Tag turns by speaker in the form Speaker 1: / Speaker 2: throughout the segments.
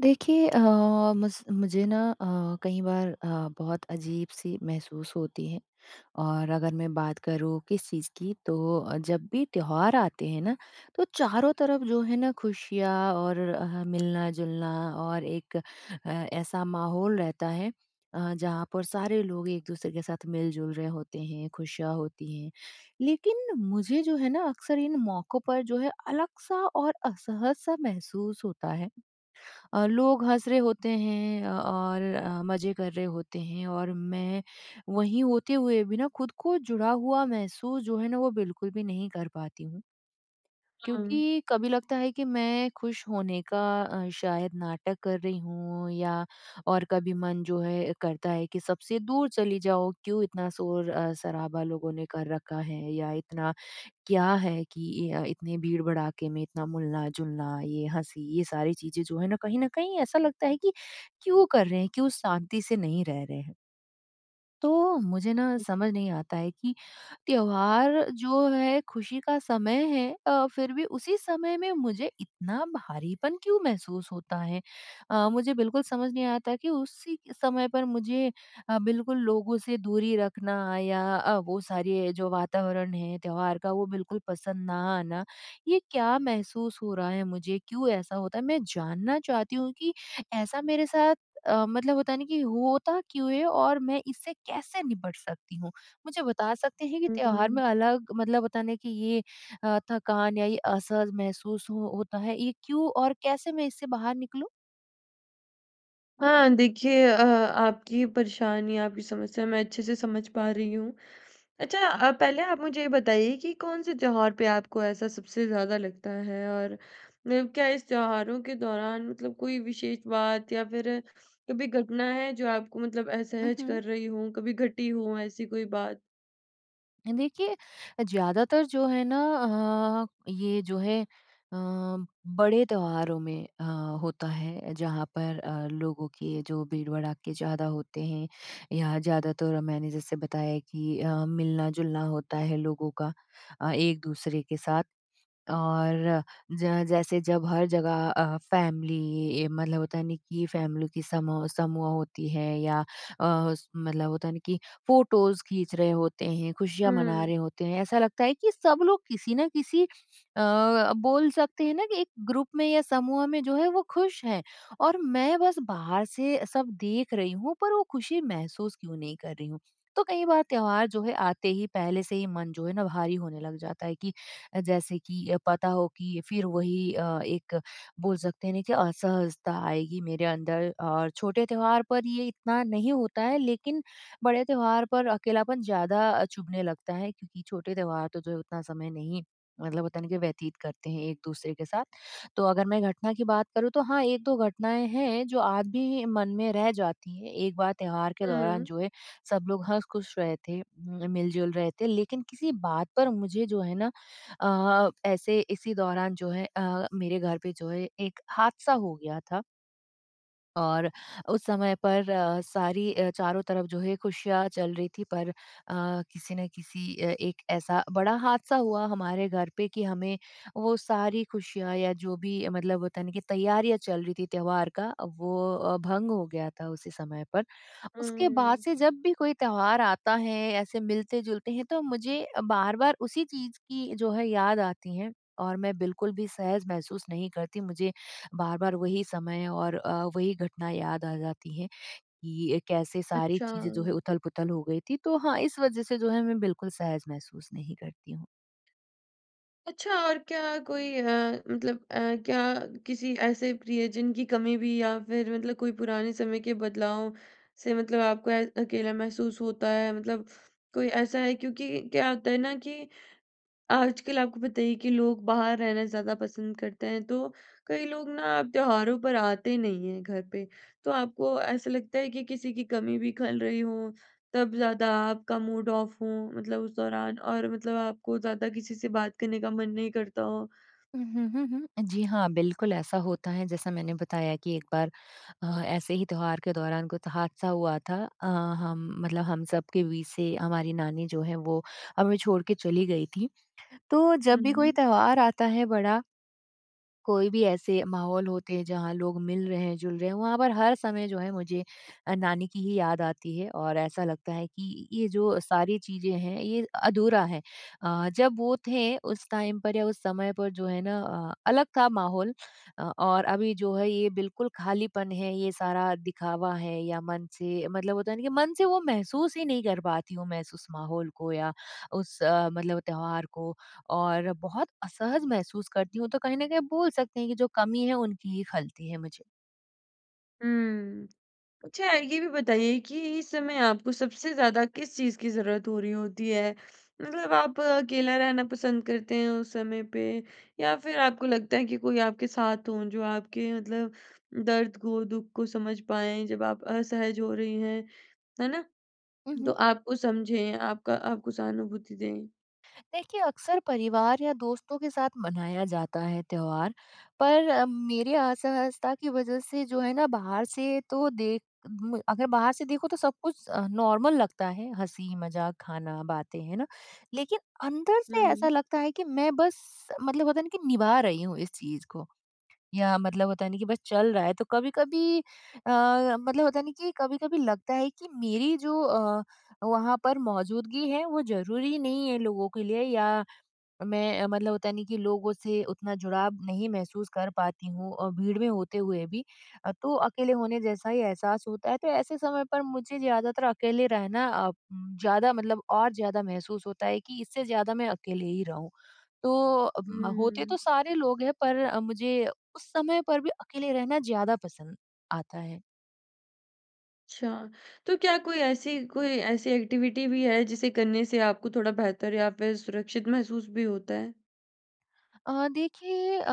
Speaker 1: देखिए, मुझे ना कई बार बहुत अजीब-सी महसूस होती है। और अगर मैं बात करूँ किस चीज़ की तो जब भी त्योहार आते हैं ना, तो चारों तरफ जो है ना खुशियाँ और मिलना-जुलना और एक ऐसा माहौल रहता है जहाँ पर सारे लोग एक-दूसरे के साथ मिल-जुल रहे होते हैं, खुशियाँ होती हैं। लेकिन मुझे जो है ना अक्सर इन मौकों पर जो है अलग-सा और असहज-सा महसूस होता है। लोग हँस रहे होते हैं और मज़े कर रहे होते हैं और मैं वहीं होते हुए भी ना खुद को जुड़ा हुआ महसूस जो है ना वो बिल्कुल भी नहीं कर पाती हूँ।
Speaker 2: हाँ,
Speaker 1: क्योंकि कभी लगता है कि मैं खुश होने का शायद नाटक कर रही हूँ, या और कभी मन जो है करता है कि सबसे दूर चली जाओ, क्यों इतना शोर शराबा लोगों ने कर रखा है या इतना क्या है कि इतने भीड़-भड़ाके में इतना मिलना-जुलना, ये हँसी, ये सारी चीज़ें जो है ना, कहीं न कहीं ऐसा लगता है कि क्यों कर रहे हैं? क्यों शांति से नहीं रह रहे हैं? तो मुझे ना समझ नहीं आता है कि त्योहार जो है खुशी का समय है, फिर भी उसी समय में मुझे इतना भारीपन क्यों महसूस होता है। मुझे बिल्कुल समझ नहीं आता कि उसी समय पर मुझे बिल्कुल लोगों से दूरी रखना या वो सारे जो वातावरण है त्योहार का वो बिल्कुल पसंद ना आना, ये क्या महसूस हो रहा है, मुझे क्यों ऐसा होता है, मैं जानना चाहती हूँ कि ऐसा मेरे साथ मतलब होता है ना कि होता क्यों है और मैं इससे कैसे निपट सकती हूँ? मुझे बता सकते हैं कि त्योहार में
Speaker 2: हुँ।
Speaker 1: अलग मतलब होता है ना कि ये थकान या ये असहज महसूस हो होता है, ये क्यों और कैसे मैं इससे बाहर निकलूँ?
Speaker 2: हाँ, देखिए आपकी परेशानी, आपकी समस्या मैं अच्छे से समझ पा रही हूँ। अच्छा पहले आप मुझे ये बताइए कि कौन-से त्योहार पे आपको ऐसा सबसे ज़्यादा लगता है? और मतलब क्या इस त्योहारों के दौरान मतलब कोई विशेष बात या फिर कभी घटना है जो आपको मतलब
Speaker 1: हुँ,
Speaker 2: असहज
Speaker 1: हुँ।
Speaker 2: कर रही हो, कभी घटी हो ऐसी कोई बात?
Speaker 1: देखिए, ज़्यादातर जो है ना ये जो है अ, बड़े त्योहारों में होता है जहाँ पर लोगों के जो भीड़-भड़ाके ज़्यादा होते हैं, या ज़्यादातर मैंने जैसे बताया कि मिलना-जुलना होता है लोगों का एक-दूसरे के साथ। और ज जैसे जब हर जगह फैमिली मतलब होता है ना कि फैमिली की समूह समूह होती है, या अ, मतलब होता है ना कि फोटोज खींच रहे होते हैं, खुशियां मना
Speaker 2: हुँ,
Speaker 1: रहे होते हैं, ऐसा लगता है कि सब लोग किसी ना किसी बोल सकते हैं ना कि एक ग्रुप में या समूह में जो है वो खुश हैं, और मैं बस बाहर से सब देख रही हूँ, पर वो खुशी महसूस क्यों नहीं कर रही हूँ। तो कई बार त्योहार जो है आते ही पहले से ही मन जो है ना भारी होने लग जाता है कि जैसे कि पता हो कि फिर वही एक बोल सकते हैं ना कि असहजता आएगी मेरे अंदर। और छोटे त्योहार पर ये इतना नहीं होता है, लेकिन बड़े त्योहार पर अकेलापन ज़्यादा चुभने लगता है, क्योंकि छोटे त्योहार तो जो है उतना समय नहीं मतलब होता नहीं कि व्यतीत करते हैं एक दूसरे के साथ। तो अगर मैं घटना की बात करूँ तो हाँ, एक दो घटनाएं हैं जो आज भी मन में रह जाती हैं। एक बार त्योहार के दौरान
Speaker 2: हुँ,
Speaker 1: जो है सब लोग हंस खुश रहे थे, मिलजुल रहे थे, लेकिन किसी बात पर मुझे जो है ना ऐसे इसी दौरान जो है मेरे घर पे जो है एक हादसा हो गया था। और उस समय पर सारी चारों तरफ जो है खुशियाँ चल रही थी, पर किसी न किसी एक ऐसा बड़ा हादसा हुआ हमारे घर पे कि हमें वो सारी खुशियाँ या जो भी मतलब होता है ना कि तैयारियाँ चल रही थी त्योहार का वो भंग हो गया था उसी समय पर। उसके बाद
Speaker 2: हुँ।
Speaker 1: से जब भी कोई त्योहार आता है, ऐसे मिलते-जुलते हैं, तो मुझे बार-बार उसी चीज़ की जो है याद आती है और मैं बिल्कुल भी सहज महसूस नहीं करती। मुझे बार-बार वही समय और वही घटना याद आ जाती है कि कैसे सारी
Speaker 2: अच्छा।
Speaker 1: चीज़ें जो है उथल-पुथल हो गई थी। तो हाँ, इस वज़ह से जो है मैं बिल्कुल सहज महसूस नहीं करती हूँ।
Speaker 2: अच्छा और क्या कोई मतलब क्या किसी ऐसे प्रियजन की कमी भी या फिर मतलब कोई पुराने समय के बदलाव से मतलब आपको अकेला महसूस होता है मतलब कोई ऐसा है क्योंकि क्या होता है ना कि आजकल आपको पता ही है कि लोग बाहर रहना ज़्यादा पसंद करते हैं, तो कई लोग ना आप त्योहारों पर आते नहीं हैं घर पे। तो आपको ऐसा लगता है कि किसी की कमी भी खल रही हो, तब ज़्यादा आपका मूड ऑफ हो मतलब उस दौरान और मतलब आपको ज़्यादा किसी से बात करने का मन नहीं करता हो?
Speaker 1: हुँ, हुँ, हुँ, हुँ। जी हाँ, बिल्कुल ऐसा होता है। जैसा मैंने बताया कि एक बार ऐसे ही त्योहार के दौरान कुछ हादसा हुआ था। अ, हम सब के बीच से हमारी नानी जो है वो हमें छोड़ के चली गई थी। तो जब
Speaker 2: हुँ,
Speaker 1: भी कोई
Speaker 2: हुँ।
Speaker 1: त्योहार आता है बड़ा, कोई भी ऐसे माहौल होते हैं जहाँ लोग मिल रहे हैं, जुल रहे हैं, वहाँ पर हर समय जो है मुझे नानी की ही याद आती है, और ऐसा लगता है कि ये जो सारी चीज़ें हैं ये अधूरा है। जब वो थे उस टाइम पर या उस समय पर जो है ना अलग था माहौल, और अभी जो है ये बिल्कुल खालीपन है, ये सारा दिखावा है, या मन से मतलब होता है ना कि मन से वो महसूस ही नहीं कर पाती हूँ मैं उस माहौल को या उस मतलब त्योहार को। और बहुत असहज महसूस करती हूँ, तो कहीं न कहीं बोल सकते हैं कि जो कमी है उनकी ही खलती है मुझे।
Speaker 2: हुँ। अच्छा ये भी बताइए कि इस समय आपको सबसे ज़्यादा किस चीज़ की ज़रूरत हो रही होती है? मतलब आप अकेला रहना पसंद करते हैं उस समय पे या फिर आपको लगता है कि कोई आपके साथ हो जो आपके मतलब दर्द को, दुःख को समझ पाएँ जब आप असहज हो रही हैं, है ना? तो
Speaker 1: उहुँ।
Speaker 2: आपको समझें, आपका आपको सहानुभूति दें।
Speaker 1: देखिए, अक्सर परिवार या दोस्तों के साथ मनाया जाता है त्योहार, पर मेरी असहजता की वजह से जो है ना बाहर से तो देख म अगर बाहर से देखो तो सब कुछ नॉर्मल लगता है, हँसी-मज़ाक, खाना, बातें, है ना? लेकिन अंदर से ऐसा
Speaker 2: हुँ,
Speaker 1: लगता है कि मैं बस मतलब होता है ना कि निभा रही हूँ इस चीज़ को। या मतलब होता नहीं कि बस चल रहा है, तो कभी-कभी मतलब होता नहीं कि कभी-कभी लगता है कि मेरी जो वहाँ पर मौजूदगी है वो ज़रूरी नहीं है लोगों के लिए, या मैं मतलब होता नहीं कि लोगों से उतना जुड़ाव नहीं महसूस कर पाती हूँ, और भीड़ में होते हुए भी तो अकेले होने जैसा ही एहसास होता है। तो ऐसे समय पर मुझे ज्यादातर अकेले रहना, ज्यादा मतलब और ज्यादा महसूस होता है कि इससे ज्यादा मैं अकेले ही रहूं। तो होते तो
Speaker 2: हुँ।
Speaker 1: सारे लोग हैं, पर मुझे उस समय पर भी अकेले रहना ज्यादा पसंद आता है।
Speaker 2: अच्छा, तो क्या कोई ऐसी एक्टिविटी भी है जिसे करने से आपको थोड़ा बेहतर या फिर सुरक्षित महसूस भी होता है?
Speaker 1: देखिए, अ,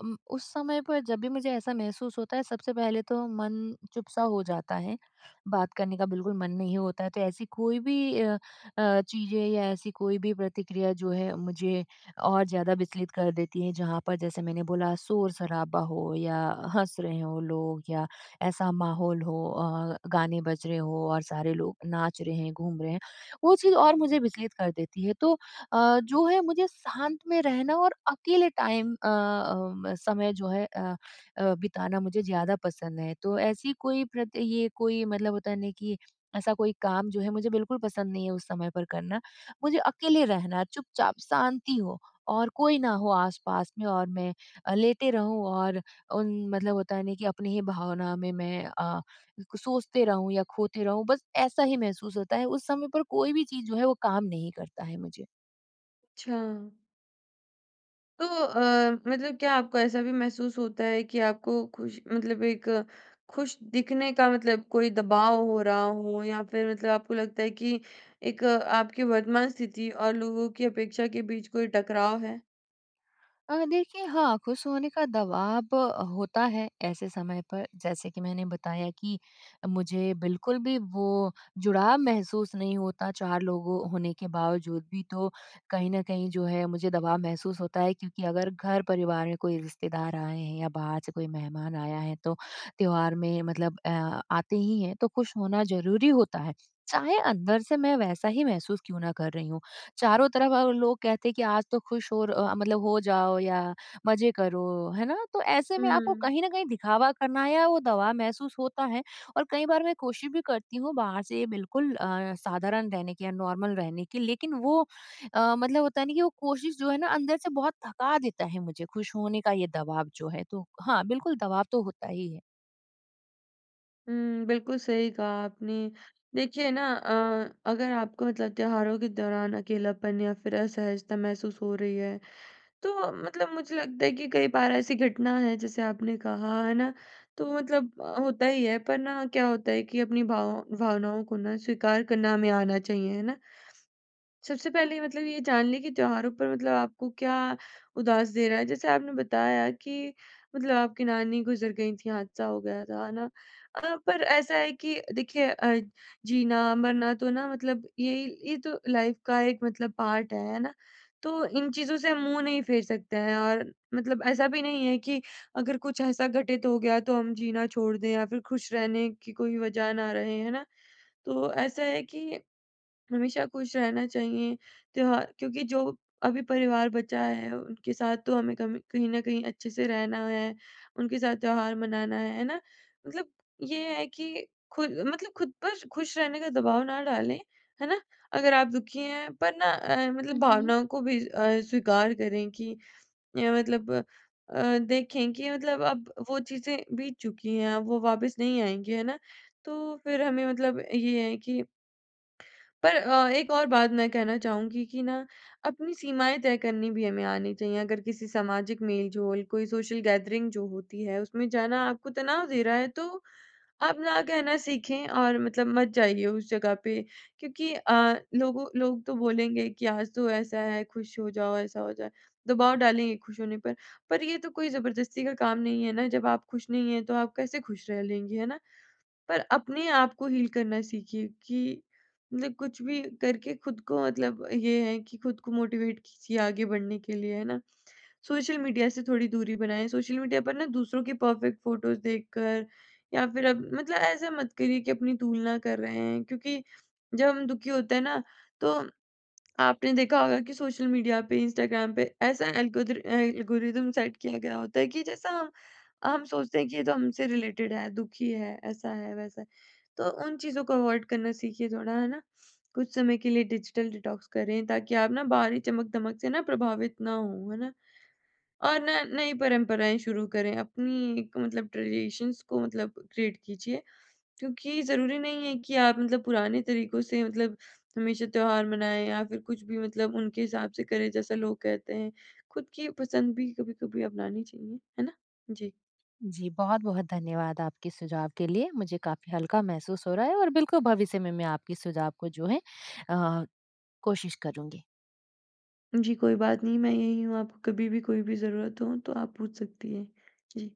Speaker 1: उम, उस समय पर जब भी मुझे ऐसा महसूस होता है, सबसे पहले तो मन चुप-सा हो जाता है, बात करने का बिल्कुल मन नहीं होता है। तो ऐसी कोई भी चीज़ें या ऐसी कोई भी प्रतिक्रिया जो है मुझे और ज़्यादा विचलित कर देती है। जहाँ पर जैसे मैंने बोला शोर-शराबा हो या हँस रहे हो लोग या ऐसा माहौल हो गाने बज रहे हो और सारे लोग नाच रहे हैं, घूम रहे हैं, वो चीज़ और मुझे विचलित कर देती है। तो जो है मुझे शांत में रहना और अकेले समय जो है बिताना मुझे ज़्यादा पसंद है। तो ऐसी कोई प्रत ये कोई मतलब होता है ना कि ऐसा कोई काम जो है मुझे बिल्कुल पसंद नहीं है उस समय पर करना। मुझे अकेले रहना, चुपचाप शांति हो और कोई ना हो आस-पास में, और मैं लेटे रहूँ और उन मतलब होता है ना कि अपनी ही भावना में मैं को सोचते रहूँ या खोते रहूँ, बस ऐसा ही महसूस होता है। उस समय पर कोई भी चीज़ जो है वो काम नहीं करता है मुझे।
Speaker 2: अच्छा। तो मतलब क्या आपको ऐसा भी महसूस होता है कि आपको खुश मतलब एक खुश दिखने का मतलब कोई दबाव हो रहा हो या फिर मतलब आपको लगता है कि एक आपकी वर्तमान स्थिति और लोगों की अपेक्षा के बीच कोई टकराव है?
Speaker 1: देखिए हाँ, खुश होने का दबाव होता है ऐसे समय पर। जैसे कि मैंने बताया कि मुझे बिल्कुल भी वो जुड़ाव महसूस नहीं होता 4 लोगों होने के बावजूद भी। तो कहीं न कहीं जो है मुझे दबाव महसूस होता है, क्योंकि अगर घर परिवार में कोई रिश्तेदार आए हैं या बाहर से कोई मेहमान आया है तो त्योहार में मतलब आते ही हैं तो खुश होना ज़रूरी होता है। चाहे अंदर से मैं वैसा ही महसूस क्यों ना कर रही हूँ। चारों तरफ लोग कहते हैं कि आज तो खुश हो र अ, मतलब हो जाओ या मज़े करो, है ना? तो ऐसे में आपको
Speaker 2: हुँ।
Speaker 1: कहीं न कहीं दिखावा करना या वो दबाव महसूस होता है। और कई बार मैं कोशिश भी करती हूँ बाहर से बिल्कुल साधारण रहने की या नॉर्मल रहने की, लेकिन वो मतलब होता है ना कि वो कोशिश जो है ना अंदर से बहुत थका देता है मुझे, खुश होने का ये दबाव जो है। तो हाँ, बिल्कुल दबाव तो होता ही है।
Speaker 2: हुँ, बिल्कुल सही कहा आपने। देखिए ना अगर आपको मतलब त्योहारों के दौरान अकेलापन या फिर असहजता महसूस हो रही है, तो मतलब मुझे लगता है कि कई बार ऐसी घटना है जैसे आपने कहा है ना तो मतलब होता ही है पर ना क्या होता है कि अपनी भावनाओं को ना स्वीकार करना हमें आना चाहिए है ना सबसे पहले मतलब ये जान लें कि त्योहारों पर मतलब आपको क्या उदास दे रहा है। जैसे आपने बताया कि मतलब आपकी नानी गुज़र गई थीं, हादसा हो गया था, है ना? पर ऐसा है कि देखिए जीना, मरना तो ना मतलब ये तो लाइफ़ का एक मतलब पार्ट है ना? तो इन चीज़ों से हम मुँह नहीं फेर सकते हैं और मतलब ऐसा भी नहीं है कि अगर कुछ ऐसा घटित हो गया तो हम जीना छोड़ दें या फिर खुश रहने की कोई वजह ना रहे, है ना? तो ऐसा है कि हमेशा खुश रहना चाहिए त्योहार क्योंकि जो अभी परिवार बचा है उनके साथ तो हमें कहीं ना कहीं अच्छे से रहना है उनके साथ त्योहार मनाना है ना मतलब ये है कि खुद मतलब खुद पर खुश रहने का दबाव ना डालें है ना अगर आप दुखी हैं पर ना मतलब
Speaker 1: हुँ, हुँ।
Speaker 2: भावनाओं को भी स्वीकार करें कि मतलब देखें कि मतलब अब वो चीजें बीत चुकी हैं अब वो वापस नहीं आएंगी है ना तो फिर हमें मतलब ये है कि पर एक और बात मैं कहना चाहूँगी कि ना अपनी सीमाएँ तय करनी भी हमें आनी चाहिए। अगर किसी सामाजिक मेल-जोल, कोई सोशल गैदरिंग जो होती है, उसमें जाना आपको तनाव दे रहा है, तो आप ना कहना सीखें और मतलब मत जाइए उस जगह पे। क्योंकि लोग तो बोलेंगे कि आज तो ऐसा है, खुश हो जाओ, ऐसा हो जाए। दबाव डालेंगे खुश होने पर। पर ये तो कोई ज़बरदस्ती का काम नहीं है ना, जब आप खुश नहीं हैं, तो आप कैसे खुश रह लेंगी, है ना? पर अपने आप को हील करना सीखिए कि मतलब कुछ भी करके खुद को मतलब ये है कि खुद को मोटिवेट कीजिए आगे बढ़ने के लिए, है ना? सोशल मीडिया से थोड़ी दूरी बनाएँ, सोशल मीडिया पर ना दूसरों के परफेक्ट फ़ोटोज़ देखकर या फिर अब मतलब ऐसा मत करिए कि अपनी तुलना कर रहे हैं क्योंकि जब हम दुखी होते हैं ना तो आपने देखा होगा कि सोशल मीडिया पे, इंस्टाग्राम पे ऐसा एल्गोरिदम सेट किया गया होता है कि जैसा हम सोचते हैं कि ये तो हमसे रिलेटेड है, दुखी है, ऐसा है, वैसा है। तो उन चीज़ों को अवॉइड करना सीखिए थोड़ा, है ना? कुछ समय के लिए डिजिटल डिटॉक्स करें ताकि आप ना बाहरी चमक-दमक से ना प्रभावित ना हों, है ना? और ना नई परंपराएँ शुरू करें, अपनी एक मतलब ट्रेडिशंस को मतलब क्रिएट कीजिए क्योंकि ज़रूरी नहीं है कि आप मतलब पुराने तरीकों से मतलब हमेशा त्योहार मनाएँ या फिर कुछ भी मतलब उनके हिसाब से करें जैसा लोग कहते हैं। खुद की पसंद भी कभी-कभी अपनानी चाहिए, है ना? जी।
Speaker 1: जी, बहुत-बहुत धन्यवाद आपके सुझाव के लिए। मुझे काफ़ी हल्का महसूस हो रहा है और बिल्कुल भविष्य में मैं आपके सुझाव को जो है अ, कोशिश करूँगी।
Speaker 2: जी, कोई बात नहीं मैं यहीं हूँ, आपको कभी भी कोई भी ज़रूरत हो तो आप पूछ सकती हैं। जी।